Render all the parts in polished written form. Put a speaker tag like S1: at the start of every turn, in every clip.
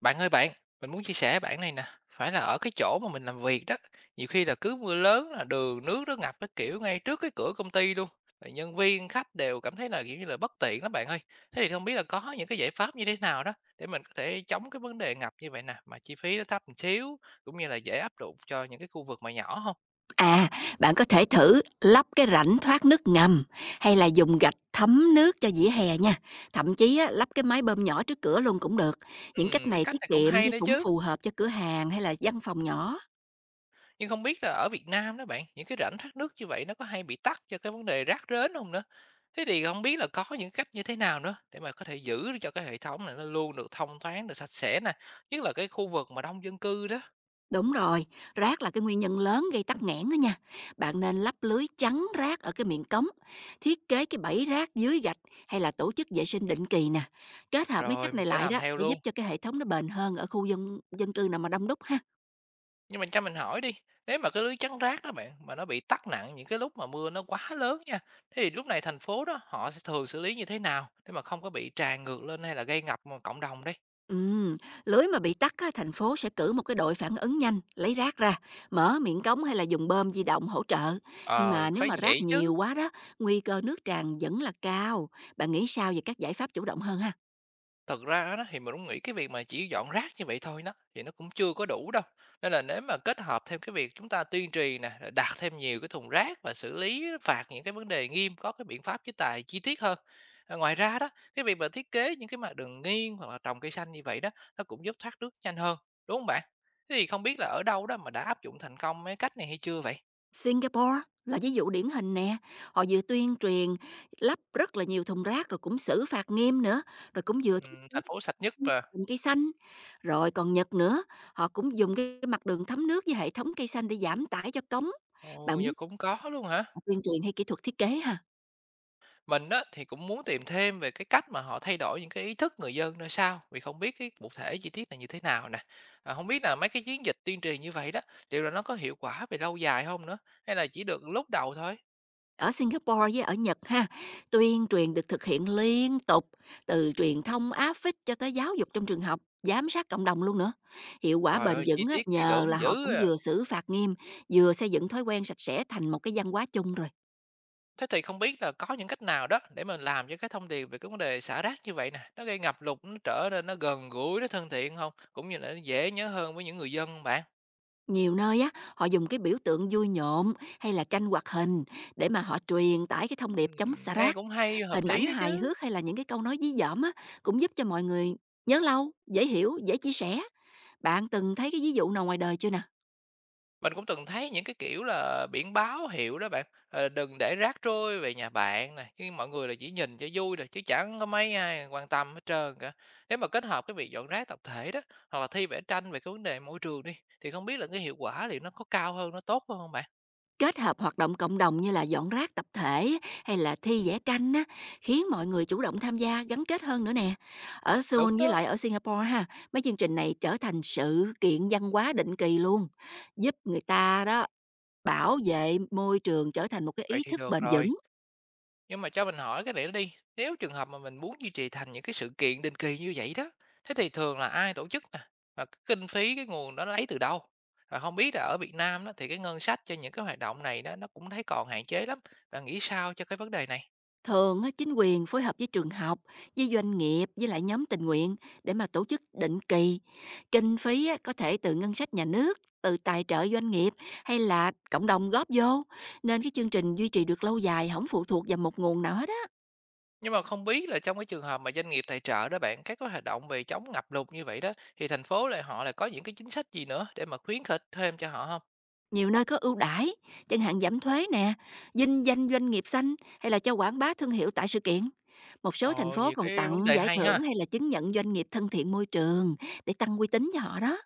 S1: Bạn ơi bạn, mình muốn chia sẻ bạn này nè, phải là ở cái chỗ mà mình làm việc đó, nhiều khi là cứ mưa lớn là đường nước nó ngập cái kiểu ngay trước cái cửa công ty luôn. Rồi nhân viên, khách đều cảm thấy là kiểu như là bất tiện lắm bạn ơi. Thế thì không biết là có những cái giải pháp như thế nào đó để mình có thể chống cái vấn đề ngập như vậy nè, mà chi phí nó thấp một xíu cũng như là dễ áp dụng cho những cái khu vực mà nhỏ không?
S2: À, bạn có thể thử lắp cái rãnh thoát nước ngầm hay là dùng gạch thấm nước cho vỉa hè nha. Thậm chí á, lắp cái máy bơm nhỏ trước cửa luôn cũng được. Những cách
S1: Cái
S2: này
S1: cách
S2: tiết
S1: này cũng
S2: kiệm chứ
S1: hay đó
S2: cũng
S1: chứ.
S2: phù hợp cho cửa hàng hay là văn phòng nhỏ.
S1: Nhưng không biết là ở Việt Nam đó bạn, những cái rãnh thoát nước như vậy nó có hay bị tắc cho cái vấn đề rác rến không nữa? Thế thì không biết là có những cách như thế nào nữa để mà có thể giữ cho cái hệ thống này nó luôn được thông thoáng, được sạch sẽ nè, nhất là cái khu vực mà đông dân cư đó?
S2: Đúng rồi, rác là cái nguyên nhân lớn gây tắc nghẽn đó nha. Bạn nên lắp lưới chắn rác ở cái miệng cống, thiết kế cái bẫy rác dưới gạch hay là tổ chức vệ sinh định kỳ nè. Kết hợp mấy
S1: Rồi
S2: cách
S1: mình
S2: này
S1: sẽ
S2: lại
S1: làm
S2: đó
S1: theo
S2: sẽ giúp
S1: luôn.
S2: cho cái hệ thống nó bền hơn ở khu dân dân cư nào mà đông đúc ha.
S1: Nhưng mà cho mình hỏi đi, nếu mà cái lưới chắn rác đó bạn, mà nó bị tắc nặng những cái lúc mà mưa nó quá lớn nha, thế thì lúc này thành phố đó họ sẽ thường xử lý như thế nào để mà không có bị tràn ngược lên hay là gây ngập, cộng đồng đây?
S2: Ừm, lưới mà bị tắc á, thành phố sẽ cử một cái đội phản ứng nhanh, lấy rác ra, mở miệng cống hay là dùng bơm di động hỗ trợ. Nhưng
S1: Ờ,
S2: mà nếu
S1: phải
S2: mà
S1: như
S2: rác
S1: vậy chứ.
S2: nhiều quá đó, nguy cơ nước tràn vẫn là cao. Bạn nghĩ sao về các giải pháp chủ động hơn ha?
S1: Thật ra đó thì mình cũng nghĩ cái việc mà chỉ dọn rác như vậy thôi đó, thì nó cũng chưa có đủ đâu. Nên là nếu mà kết hợp thêm cái việc chúng ta tuyên truyền nè, rồi đặt thêm nhiều cái thùng rác và xử lý phạt những cái vấn đề nghiêm, có cái biện pháp chế tài chi tiết hơn. À, ngoài ra đó, cái việc mà thiết kế những cái mặt đường nghiêng hoặc là trồng cây xanh như vậy đó, nó cũng giúp thoát nước nhanh hơn, đúng không bạn? Thế thì không biết là ở đâu đó mà đã áp dụng thành công cái cách này hay chưa vậy?
S2: Singapore là ví dụ điển hình nè. Họ vừa tuyên truyền lắp rất là nhiều thùng rác rồi cũng xử phạt nghiêm nữa, rồi cũng vừa thiết kế
S1: Thành phố sạch nhất mà.
S2: trồng cây xanh. Rồi còn Nhật nữa, họ cũng dùng cái mặt đường thấm nước với hệ thống cây xanh để giảm tải cho cống. Bạn
S1: Ồ, giờ cũng có luôn hả?
S2: tuyên truyền hay kỹ thuật thiết kế ha?
S1: Mình á, thì cũng muốn tìm thêm về cái cách mà họ thay đổi những cái ý thức người dân ra sao, vì không biết cái cụ thể chi tiết là như thế nào nè. À, hông biết là mấy cái chiến dịch tuyên truyền như vậy đó, liệu là nó có hiệu quả về lâu dài không nữa, hay là chỉ được lúc đầu thôi?
S2: Ở Singapore với ở Nhật ha, tuyên truyền được thực hiện liên tục, từ truyền thông áp phích cho tới giáo dục trong trường học, giám sát cộng đồng luôn nữa. Hiệu quả
S1: Trời
S2: bền
S1: ơi, chi
S2: vững á,
S1: tiết kỹ
S2: nhờ là
S1: lưỡng dữ
S2: họ cũng
S1: à!
S2: vừa xử phạt nghiêm, vừa xây dựng thói quen sạch sẽ thành một cái văn hóa chung rồi.
S1: Thế thì không biết là có những cách nào đó để mình làm cho cái thông điệp về cái vấn đề xả rác như vậy nè, nó gây ngập lụt, nó trở nên nó gần gũi, nó thân thiện không? Cũng như là nó dễ nhớ hơn với những người dân bạn?
S2: Nhiều nơi á, họ dùng cái biểu tượng vui nhộn hay là tranh hoạt hình để mà họ truyền tải cái thông điệp chống
S1: Ừm,
S2: xả
S1: Nghe
S2: rác,
S1: cũng hay, hợp
S2: hình ảnh
S1: lý đó
S2: hài
S1: chứ.
S2: hước hay là những cái câu nói dí dỏm á, cũng giúp cho mọi người nhớ lâu, dễ hiểu, dễ chia sẻ. Bạn từng thấy cái ví dụ nào ngoài đời chưa nè?
S1: Mình cũng từng thấy những cái, kiểu là, biển báo hiệu đó bạn, "Đừng để rác trôi về nhà bạn" này nhưng mọi người là chỉ nhìn cho vui rồi chứ chẳng có mấy ai quan tâm hết trơn cả. Nếu mà kết hợp cái việc dọn rác tập thể đó, hoặc là thi vẽ tranh về cái vấn đề môi trường đi, thì không biết là cái hiệu quả liệu nó có cao hơn, nó tốt hơn không bạn?
S2: Kết hợp hoạt động cộng đồng như là dọn rác tập thể hay là thi vẽ tranh á, khiến mọi người chủ động tham gia, gắn kết hơn nữa nè. Ở Seoul
S1: Đúng
S2: với
S1: đó,
S2: lại ở Singapore ha, mấy chương trình này trở thành sự kiện văn hóa định kỳ luôn, giúp người ta đó bảo vệ môi trường trở thành một cái
S1: vậy
S2: ý
S1: thì
S2: thức
S1: được
S2: bền
S1: rồi.
S2: vững.
S1: Nhưng mà cho mình hỏi cái này nó đi, nếu trường hợp mà mình muốn duy trì thành những cái sự kiện định kỳ như vậy đó, thế thì thường là ai tổ chức nè? Và cái kinh phí, cái nguồn đó lấy từ đâu? Và không biết là ở Việt Nam đó thì cái ngân sách cho những cái hoạt động này đó nó cũng thấy còn hạn chế lắm. Bạn nghĩ sao cho cái vấn đề này?
S2: Thường á, chính quyền phối hợp với trường học, với doanh nghiệp, với lại nhóm tình nguyện để mà tổ chức định kỳ. Kinh phí á, có thể từ ngân sách nhà nước, từ tài trợ doanh nghiệp hay là cộng đồng góp vô. Nên cái chương trình duy trì được lâu dài, không phụ thuộc vào một nguồn nào hết á.
S1: Nhưng mà không biết là trong cái trường hợp mà doanh nghiệp tài trợ đó bạn, các cái hoạt động về chống ngập lụt như vậy đó thì thành phố họ lại có những cái chính sách gì nữa để mà khuyến khích thêm cho họ không?
S2: Nhiều nơi có ưu đãi, chẳng hạn giảm thuế nè, dinh danh doanh nghiệp xanh hay là cho quảng bá thương hiệu tại sự kiện. Một số thành
S1: Ồ,
S2: phố
S1: nhiều
S2: còn
S1: cái vấn
S2: tặng
S1: đề
S2: giải
S1: hay
S2: thưởng
S1: ha.
S2: hay là chứng nhận doanh nghiệp thân thiện môi trường để tăng uy tín cho họ đó.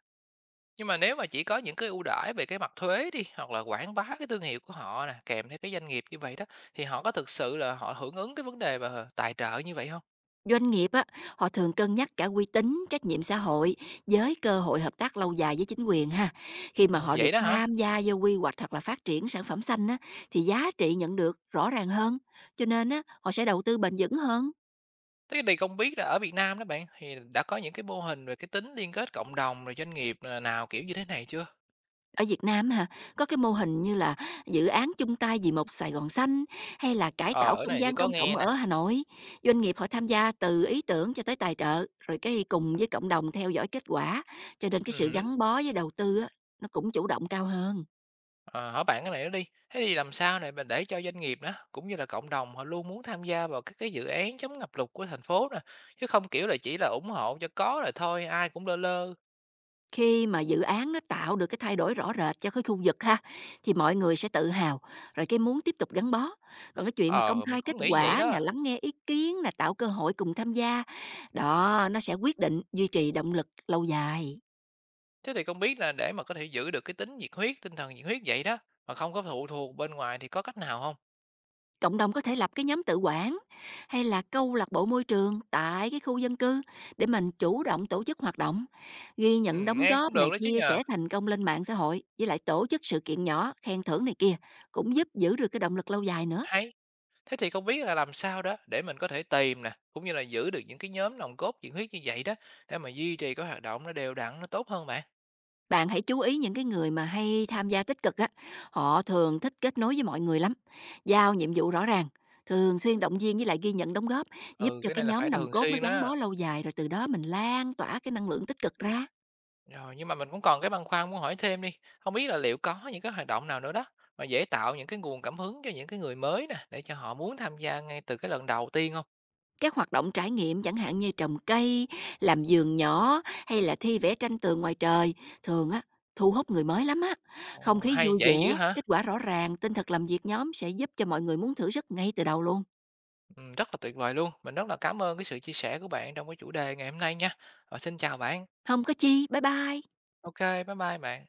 S1: Nhưng mà nếu mà chỉ có những cái ưu đãi về cái mặt thuế đi, hoặc là quảng bá cái thương hiệu của họ nè, kèm theo cái doanh nghiệp như vậy đó, thì họ có thực sự là họ hưởng ứng cái vấn đề mà tài trợ như vậy không?
S2: Doanh nghiệp á, họ thường cân nhắc cả uy tín, trách nhiệm xã hội với cơ hội hợp tác lâu dài với chính quyền ha. Khi mà
S1: Ờ,
S2: họ được
S1: vậy đó hả?
S2: tham gia vô quy hoạch hoặc là phát triển sản phẩm xanh á, thì giá trị nhận được rõ ràng hơn. Cho nên á, họ sẽ đầu tư bền vững hơn.
S1: Thế thì không biết là ở Việt Nam đó bạn, thì đã có những cái mô hình về cái tính liên kết cộng đồng rồi doanh nghiệp, nào kiểu như thế này chưa?
S2: Ở Việt Nam á hả? Có cái mô hình như là dự án chung tay vì một Sài Gòn xanh, hay là cải
S1: Ờ,
S2: tạo
S1: cái
S2: không
S1: này như
S2: gian
S1: có
S2: công cộng
S1: nghe nè.
S2: ở Hà Nội. Doanh nghiệp họ tham gia từ ý tưởng cho tới tài trợ, rồi cái cùng với cộng đồng theo dõi kết quả, cho nên cái sự
S1: Hứm,
S2: gắn bó với đầu tư á, nó cũng chủ động cao hơn.
S1: ờ, hỏi bạn cái này nữa đi, thế thì làm sao này mà để cho doanh nghiệp đó, cũng như là cộng đồng họ luôn muốn tham gia vào các cái dự án chống ngập lụt của thành phố nè, chứ không, kiểu là, chỉ là ủng hộ cho có rồi thôi, ai cũng lơ lơ?
S2: Khi mà dự án nó tạo được cái thay đổi rõ rệt cho cái khu vực ha, thì mọi người sẽ tự hào, rồi cái muốn tiếp tục gắn bó. Còn cái chuyện mà công
S1: Ờ, mình
S2: khai kết
S1: cũng nghĩ vậy
S2: quả nè,
S1: đó.
S2: lắng nghe ý kiến nè, tạo cơ hội cùng tham gia, đó, nó sẽ quyết định duy trì động lực lâu dài.
S1: Thế thì không biết là để mà có thể giữ được cái tính nhiệt huyết, tinh thần nhiệt huyết vậy đó, mà không có phụ thuộc bên ngoài thì có cách nào không?
S2: Cộng đồng có thể lập cái nhóm tự quản hay là câu lạc bộ môi trường tại cái khu dân cư để mình chủ động tổ chức hoạt động, ghi nhận đóng
S1: Nghe cũng
S2: góp
S1: được
S2: này,
S1: đó chứ
S2: chia
S1: nhờ.
S2: sẻ thành công lên mạng xã hội, với lại tổ chức sự kiện nhỏ, khen thưởng này kia cũng giúp giữ được cái động lực lâu dài nữa.
S1: Hay! Thế thì không biết là làm sao đó để mình có thể tìm nè, cũng như là giữ được những cái nhóm nòng cốt nhiệt huyết như vậy đó, để mà duy trì cái hoạt động nó đều đặn, nó tốt hơn bạn?
S2: Bạn hãy chú ý những cái người mà hay tham gia tích cực á, họ thường thích kết nối với mọi người lắm, giao nhiệm vụ rõ ràng, thường xuyên động viên với lại ghi nhận đóng góp, giúp
S1: Ừ,
S2: cho
S1: cái
S2: cái
S1: này là
S2: nhóm
S1: phải
S2: nòng
S1: thường
S2: cốt nó
S1: xuyên
S2: gắn
S1: đó.
S2: bó lâu dài rồi từ đó mình lan tỏa cái năng lượng tích cực ra.
S1: Rồi, nhưng mà mình cũng còn cái băn khoăn muốn hỏi thêm đi, không biết là liệu có những cái hoạt động nào nữa đó, mà dễ tạo những cái nguồn cảm hứng cho những cái người mới nè, để cho họ muốn tham gia ngay từ cái lần đầu tiên không?
S2: Các hoạt động trải nghiệm chẳng hạn như trồng cây, làm vườn nhỏ hay là thi vẽ tranh tường ngoài trời, thường á thu hút người mới lắm á. Không
S1: Ồ,
S2: khí
S1: hay
S2: vui vẻ,
S1: vậy dữ hả?
S2: kết quả rõ ràng, tinh thần làm việc nhóm sẽ giúp cho mọi người muốn thử sức ngay từ đầu luôn.
S1: Rất là tuyệt vời luôn. Mình rất là cảm ơn cái sự chia sẻ của bạn trong cái chủ đề ngày hôm nay nha. Ờ, xin chào bạn.
S2: Không có chi, bye bye.
S1: OK, bye bye bạn.